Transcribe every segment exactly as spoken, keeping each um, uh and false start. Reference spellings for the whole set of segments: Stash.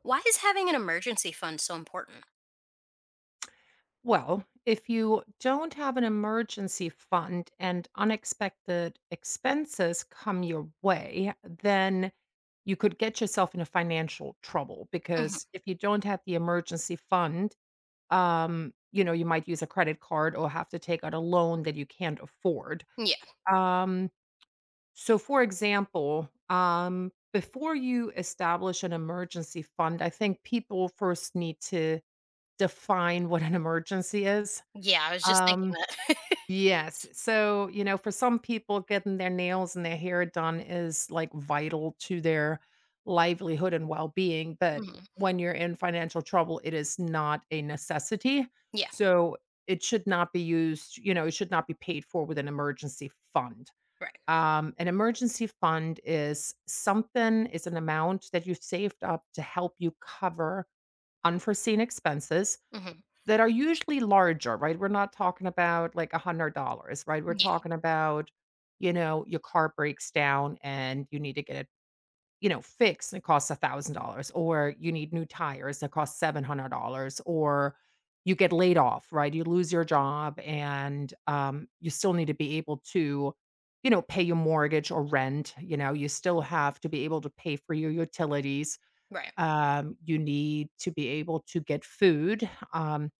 Why is having an emergency fund so important? Well, if you don't have an emergency fund and unexpected expenses come your way, then you could get yourself into financial trouble Mhm. because if you don't have the emergency fund, um, you know, you might use a credit card or have to take out a loan that you can't afford. Yeah. Um, so, for example, um, before you establish an emergency fund, I think people first need to define what an emergency is. Yeah, I was just thinking Um, that. Yes. So, you know, for some people, getting their nails and their hair done is like vital to their livelihood and well being. But Mhm. when you're in financial trouble, it is not a necessity. Yeah, So it should not be used, you know, it should not be paid for with an emergency fund. right. Um, an emergency fund is something, is an amount that you've saved up to help you cover unforeseen expenses Mhm. that are usually larger, right? We're not talking about like one hundred dollars right? We're Yeah, talking about, you know, your car breaks down and you need to get it, you know, fixed and it costs one thousand dollars, or you need new tires that cost seven hundred dollars, or you get laid off, right? You lose your job and um, you still need to be able to, you know, pay your mortgage or rent. You know, you still have to be able to pay for your utilities. right. Um, you need to be able to get food. Um,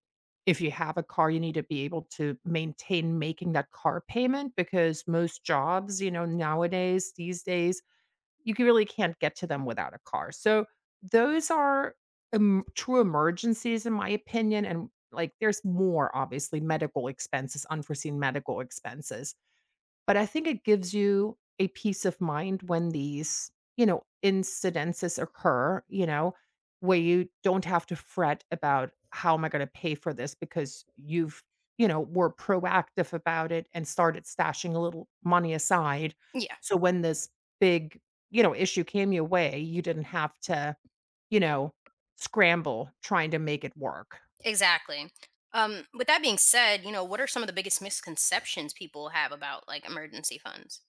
if you have a car, you need to be able to maintain making that car payment because most jobs, you know, nowadays, these days, you c really can't get to them without a car. So, those are em true emergencies in my opinion, and, like, there's more, obviously, medical expenses, unforeseen medical expenses. But I think it gives you a peace of mind when these, you know, incidences occur, you know, where you don't have to fret about how am I gonna pay for this because you've, you know, were proactive about it and started stashing a little money aside. Yeah, So when this big, you know, issue came your way, you didn't have to, you know, scramble trying to make it work. exactly. Um, with that being said, you know, what are some of the biggest misconceptions people have about, like, emergency funds?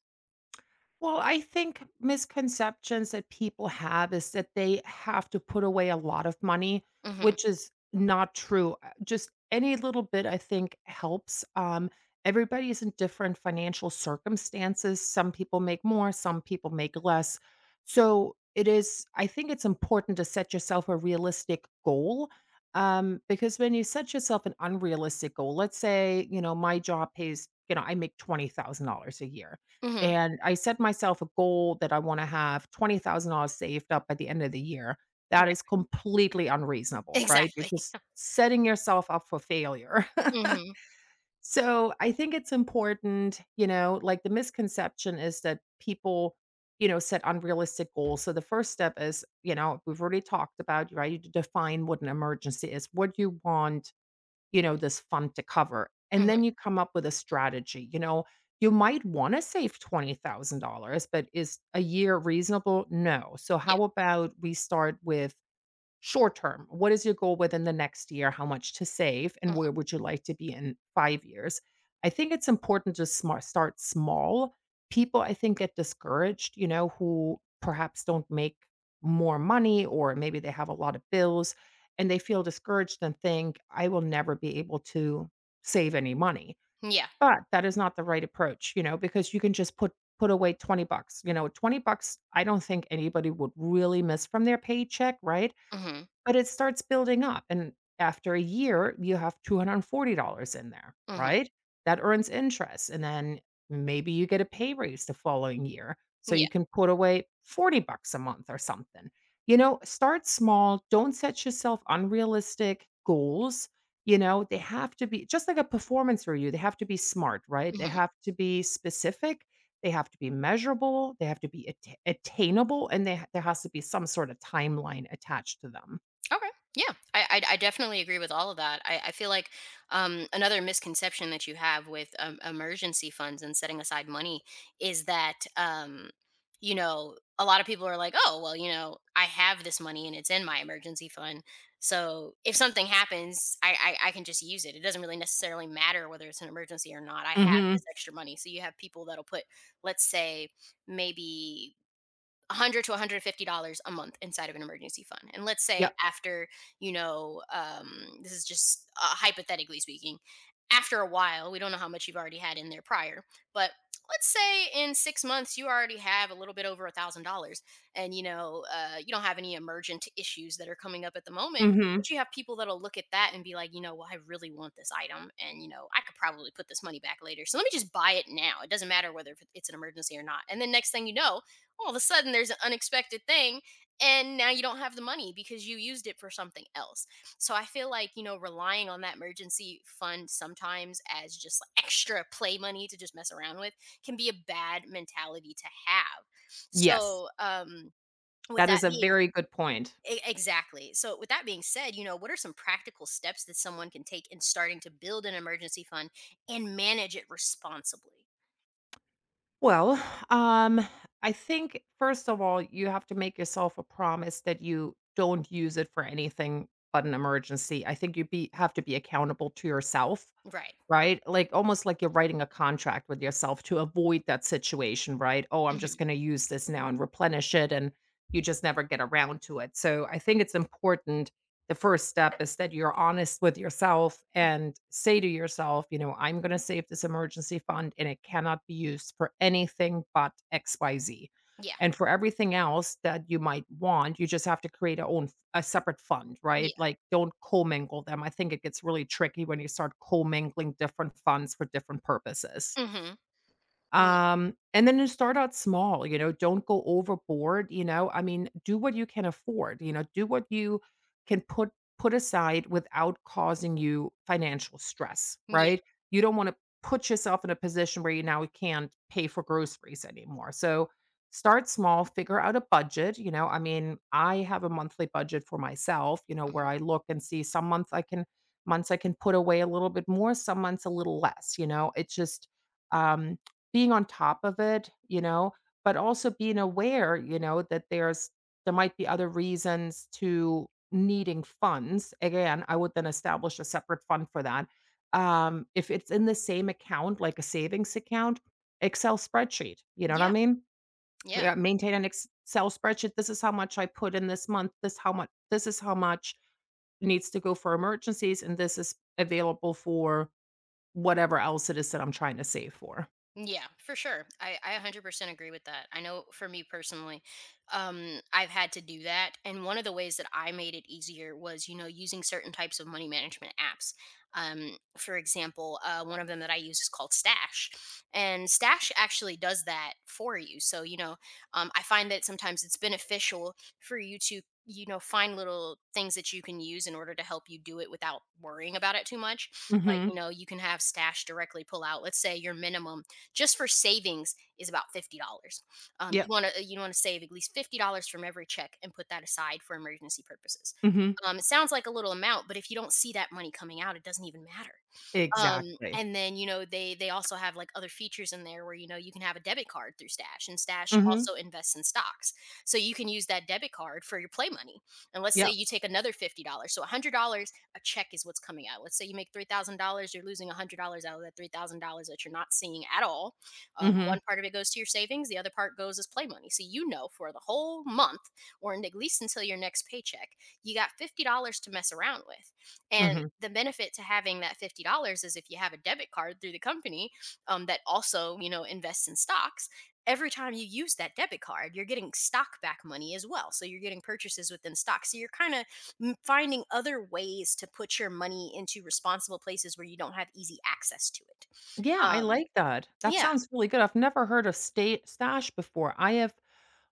Well, I think misconceptions that people have is that they have to put away a lot of money, Mhm. which is not true. Uh, Just any little bit, I think, helps. Um, everybody is in different financial circumstances. Some people make more, some people make less. So it is, I think it's important to set yourself a realistic goal. Um, because when you set yourself an unrealistic goal, let's say, you know, my job pays, you know, I make twenty thousand dollars a year, Mhm. and I set myself a goal that I wanna have twenty thousand dollars saved up by the end of the year. That is Right. completely unreasonable, right? You're Exactly. just setting yourself up for failure. Mhm. So, I think it's important, you know, like, the misconception is that people, you know, set unrealistic goals. So, the first step is, you know, we've already talked about, right? You define what an emergency is, what you want, you know, this fund to cover. And then Mhm. you come up with a strategy, you know, you might want to save twenty thousand dollars but is a year reasonable? No. So Yeah. how about we start with short term, what is your goal within the next year? How much to save? And where Mhm. would you like to be in five years? I think it's important to smar start small. People, I think, get discouraged, you know, who perhaps don't make more money or maybe they have a lot of bills, and they feel discouraged and think, "I will never be able to save any money." Yeah. But that is not the right approach, you know, because you can just put put away twenty bucks. You know, twenty bucks, I don't think anybody would really miss from their paycheck, right? Mhm. But it starts building up, and after a year, you have two hundred forty dollars in there, Mhm. right? That earns interest, and then maybe you get a pay raise the following year, so Yeah. you can put away forty bucks a month or something. You know, start small, don't set yourself unrealistic goals, you know? They have to be just like a performance review, they have to be smart, right? They Mhm. have to be specific, they have to be measurable, they have to be atta attainable, and they there has to be some sort of timeline attached to them. Okay. Yeah, I, I I definitely agree with all of that. I, I feel like, um, another misconception that you have with, um, emergency funds and setting aside money is that, um, you know, a lot of people are like, oh well, you know, I have this money and it's in my emergency fund, so if something happens, I I, I can just use it. It doesn't really necessarily matter whether it's an emergency or not. I have Mhm. this extra money, so you have people that'll put, let's say, maybe one hundred to one hundred fifty dollars a month inside of an emergency fund. And let's say Yep. after, you know, um, this is just uh, hypothetically speaking, after a while, we don't know how much you've already had in there prior, but let's say in six months you already have a little bit over a thousand dollars, and you know, uh, you don't have any emergent issues that are coming up at the moment, Mhm. but you have people that'll look at that and be like, you know, well, I really want this item, and, you know, I could probably put this money back later, so let me just buy it now. It doesn't matter whether if it's an emergency or not. And then next thing you know, all of a sudden there's an unexpected thing, and now you don't have the money because you used it for something else. So I feel like, you know, relying on that emergency fund sometimes as just like extra play money to just mess around with can be a bad mentality to have. Yes. So, um with That that is a being very good point. e- exactly. So with that being said, you know, what are some practical steps that someone can take in starting to build an emergency fund and manage it responsibly? Well, um, I think first of all, you have to make yourself a promise that you don't use it for anything but an emergency. I think you be have to be accountable to yourself. Right. Right? Like, almost like you're writing a contract with yourself to avoid that situation, right? "Oh, I'm Mhm. just gonna use this now and replenish it," and you just never get around to it. So, I think it's important the first step is that you're honest with yourself Mm. and say to yourself, you know, "I'm gonna save this emergency fund, and it cannot be used for anything but X Y Z." Yeah. And for everything else that you might want, you just have to create a own a separate fund, right? Yeah. Like don't commingle them. I think it gets really tricky when you start commingling different funds for different purposes. Mhm. Yeah. Um, and then just start out small, you know, don't go overboard, you know. I mean, do what you can afford, you know, do what you can put put aside without causing you financial stress, Mm-hmm. Yeah. right? You don't want to put yourself in a position where you now can't pay for groceries anymore. So start small, figure out a budget, you know. I mean, I have a monthly budget for myself, you know, where Mm-hmm. I look and see some months I can months I can put away a little bit more, some months a little less, you know. It just um being on top of it, you know, but also being aware, you know, that there's there might be other reasons to needing funds. Again, I would then establish a separate fund for that. Um, if it's in the same account, like a savings account, Excel spreadsheet. You know what I Yeah, mean? yeah, Yeah, maintain an Excel spreadsheet. This is how much I put in this month. This how much. This is how much needs to go for emergencies, and this is available for whatever else it is that I'm trying to save for. yeah, for sure. I, I one hundred percent agree with that. I know for me personally, um, I've had to do that. And one of the ways that I made it easier was, you know, using certain types of money management apps. Um, for example, uh, one of them that I use is called Stash. And Stash actually does that for you. So, you know, um, I find that sometimes it's beneficial for you to, you know, find little things that you can use in order to help you do it without worrying about it too much. Like, Mm-hmm. you know, you can have Stash directly pull out, let's say your minimum just for savings is about fifty dollars. Um, you Yep. want to you want to save at least fifty dollars from every check and put that aside for emergency purposes. Mm-hmm. Um, it sounds like a little amount, but if you don't see that money coming out, it doesn't even matter. Um, Exactly. And then, you know, they they also have, like, other features in there where, you know, you can have a debit card through Stash, and Stash Mhm. also invests in stocks. So you can use that debit card for your play money. And let's say Yep. you take another fifty dollars. So one hundred dollars a check is what's coming out. Let's say you make three thousand dollars you're losing one hundred dollars out of that three thousand dollars that you're not seeing at all. Um, Mhm. One part of it goes to your savings, the other part goes as play money. So you know for the whole month, or at least until your next paycheck, you got fifty dollars to mess around with. And Mhm. the benefit to having that fifty dollars is if you have a debit card through the company, um, that also, you know, invests in stocks, every time you use that debit card, you're getting stock back money as well. So you're getting purchases within stock. So you're kind of finding other ways to put your money into responsible places where you don't have easy access to it. Yeah, I Um, like that. That yeah. sounds really good. I've never heard of state Stash before. I have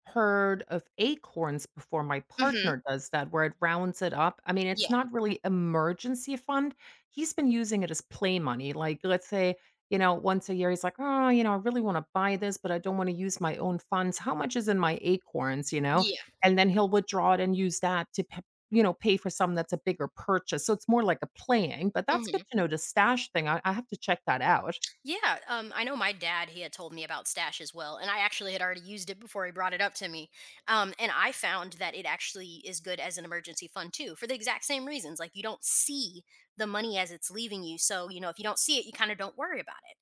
heard of Acorns before, my Hmm. partner does that, where it rounds it up. I mean, it's Yeah. not really emergency fund. He's been using it as play money. Like, let's say, you know, once a year, he's like, oh, you know, I really want to buy this, but I don't want to use my own funds. How much is in my Acorns, you know? Yeah. And then he'll withdraw it and use that to, p- you know, pay for some that's a bigger purchase. So it's more like a playing, but that's good Hmm. to know the Stash thing. I, I have to check that out. Yeah, um, I know my dad. He had told me about Stash as well, and I actually had already used it before he brought it up to me. Um, and I found that it actually is good as an emergency fund too, for the exact same reasons. Like, you don't see the money as it's leaving you, so you know if you don't see it, you kind of don't worry about it.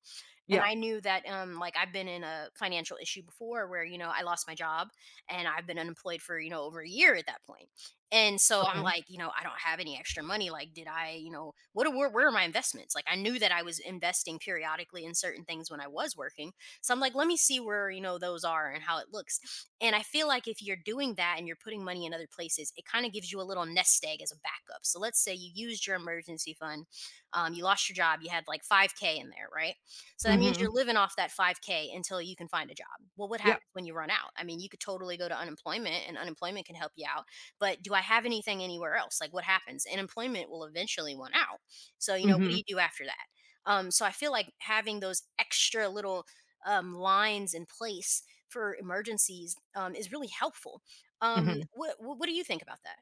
And Yeah. I knew that, um, like, I've been in a financial issue before where, you know, I lost my job and I've been unemployed for, you know, over a year at that point. And so I'm Okay. like, you know, I don't have any extra money. Like, did I, you know, what are, where, where are my investments? Like, I knew that I was investing periodically in certain things when I was working. So I'm like, let me see where, you know, those are and how it looks. And I feel like if you're doing that and you're putting money in other places, it kind of gives you a little nest egg as a backup. So let's say you used your emergency fund, um, you lost your job, you had like five k in there, right? So that means Mm-hmm. you're living off that five k until you can find a job. Well, what Yeah. happens when you run out? I mean, you could totally go to unemployment, and unemployment can help you out, but do I have anything anywhere else? Like, what happens? And employment will eventually run out. So, you know, what do Mm-hmm. you do after that? Um, so I feel like having those extra little, um, lines in place for emergencies, um, is really helpful. Um, what, what what do you think about that?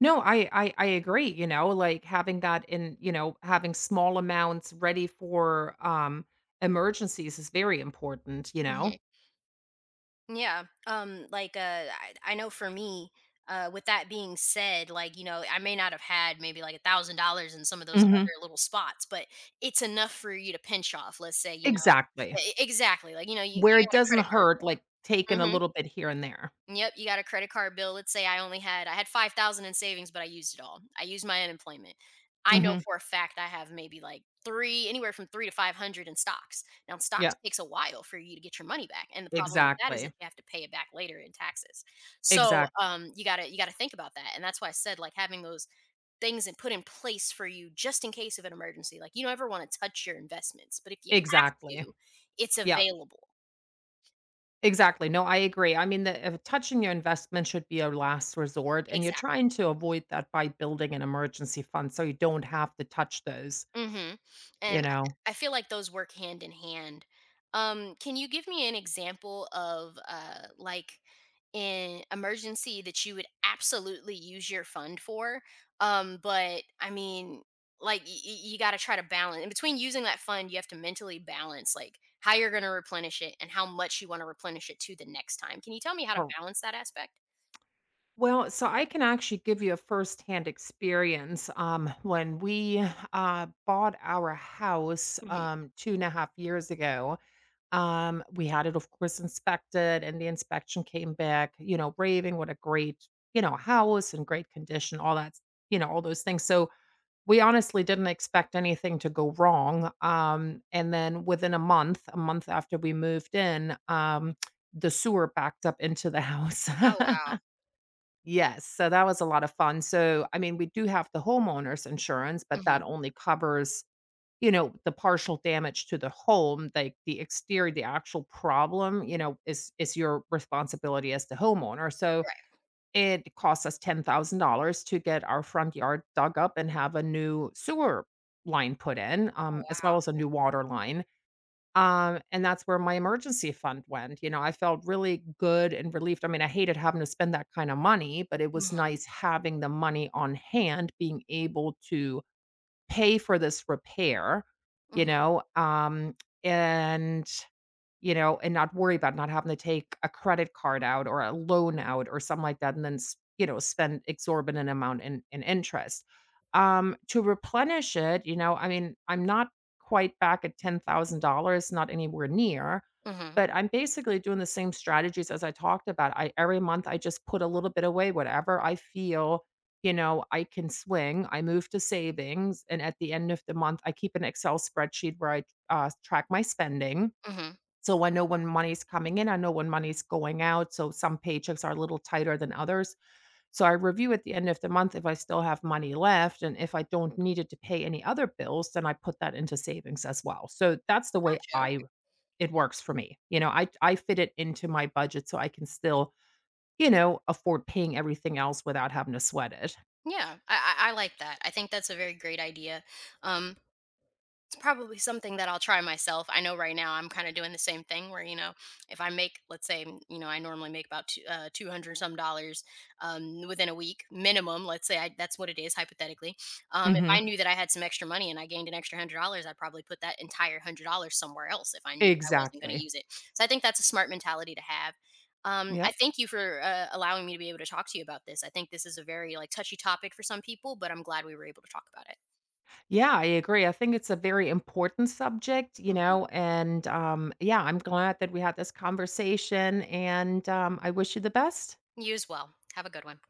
No, I I I agree, you know, like, having that in you know, having small amounts ready for, um, emergencies is very important, you know? Yeah. Um, like, uh I, I know for me, uh with that being said, like, you know, I may not have had maybe like a thousand dollars in some of those Mhm. other little spots, but it's enough for you to pinch off, let's say, you know, Exactly. e- e, exactly. Like, you know, you, Where you it got a doesn't credit card hurt, like, bill. taking a Mm-hmm. little bit here and there. Yep, you got a credit card bill. Let's say I only had I had five thousand in savings, but I used it all. I used my unemployment. I know Mhm. for a fact I have maybe like three, anywhere from three to five hundred in stocks. Now, stocks Yeah, takes a while for you to get your money back, and the problem with that is that exactly. you have to pay it back later in taxes. So, Exactly. um, you gotta you gotta think about that, and that's why I said, like, having those things and put in place for you just in case of an emergency. Like, you don't ever wanna touch your investments, but if you have Exactly. to, it's Yeah, available. exactly. No, I agree. I mean, the if touching your investment should be a last resort, and you're Exactly. trying to avoid that by building an emergency fund so you don't have to touch those, Mhm. And you I know? I feel like those work hand in hand. Um, can you give me an example of uh like an emergency that you would absolutely use your fund for? Um, but I mean, like, y- y- you got to try to balance in between using that fund. You have to mentally balance, like, how you're going to replenish it and how much you want to replenish it to the next time. Can you tell me how to Correct. balance that aspect? Well, so I can actually give you a firsthand experience. Um, when we uh, bought our house Hmm. um, two and a half years ago, um, we had it, of course, inspected, and the inspection came back, you know, raving what a great, you know, house and great condition, all that, you know, all those things. So we honestly didn't expect anything to go wrong. Um, and then within a month, a month after we moved in, um, the sewer backed up into the house. Oh wow. Yes, so that was a lot of fun. So, I mean, we do have the homeowner's insurance, but that Hmm. only covers, you know, the partial damage to the home, like the exterior, the actual problem, you know, is is your responsibility as the homeowner. So Right. it cost us ten thousand dollars to get our front yard dug up and have a new sewer line put in, Oh um, as well wow. as a new water line. Um, and that's where my emergency fund went, you know, I felt really good and relieved, I mean, I hated having to spend that kind of money, but it was Hmm. nice having the money on hand, being able to pay for this repair, you Hmm. know, um, and you know, and not worry about not having to take a credit card out or a loan out or something like that and then s you know, spend exorbitant amount in in interest. Um, to replenish it, you know, I mean, I'm not quite back at ten thousand dollars not anywhere near, Hmm. but I'm basically doing the same strategies as I talked about. I every month, I just put a little bit away, whatever I feel, you know, I can swing. I move to savings, and at the end of the month, I keep an Excel spreadsheet where I, uh, track my spending. Hmm. So I know when money's coming in, I know when money's going out. So some paychecks are a little tighter than others. So I review at the end of the month if I still have money left. And if I don't need it to pay any other bills, then I put that into savings as well. So that's the way Gotcha. I it works for me. You know, I I fit it into my budget so I can still, you know, afford paying everything else without having to sweat it. Yeah, I, I I like that. I think that's a very great idea. Um, probably something that I'll try myself. I know right now I'm kind of doing the same thing where, you know, if I make, let's say, m- you know, I normally make about two, uh, two hundred some dollars, um, within a week minimum. Let's say I, that's what it is hypothetically. Um, if I Mhm. knew that I had some extra money and I gained an extra hundred dollars, I'd probably put that entire hundred dollars somewhere else if I knew that I wasn't going to Exactly. use it. So I think that's a smart mentality to have. Um, I Yep. thank you for uh, allowing me to be able to talk to you about this. I think this is a very, like, touchy topic for some people, but I'm glad we were able to talk about it. Yeah, I agree. I think it's a very important subject, you Mhm. know, and um, yeah, I'm glad that we had this conversation and um, I wish you the best. You as well. Have a good one.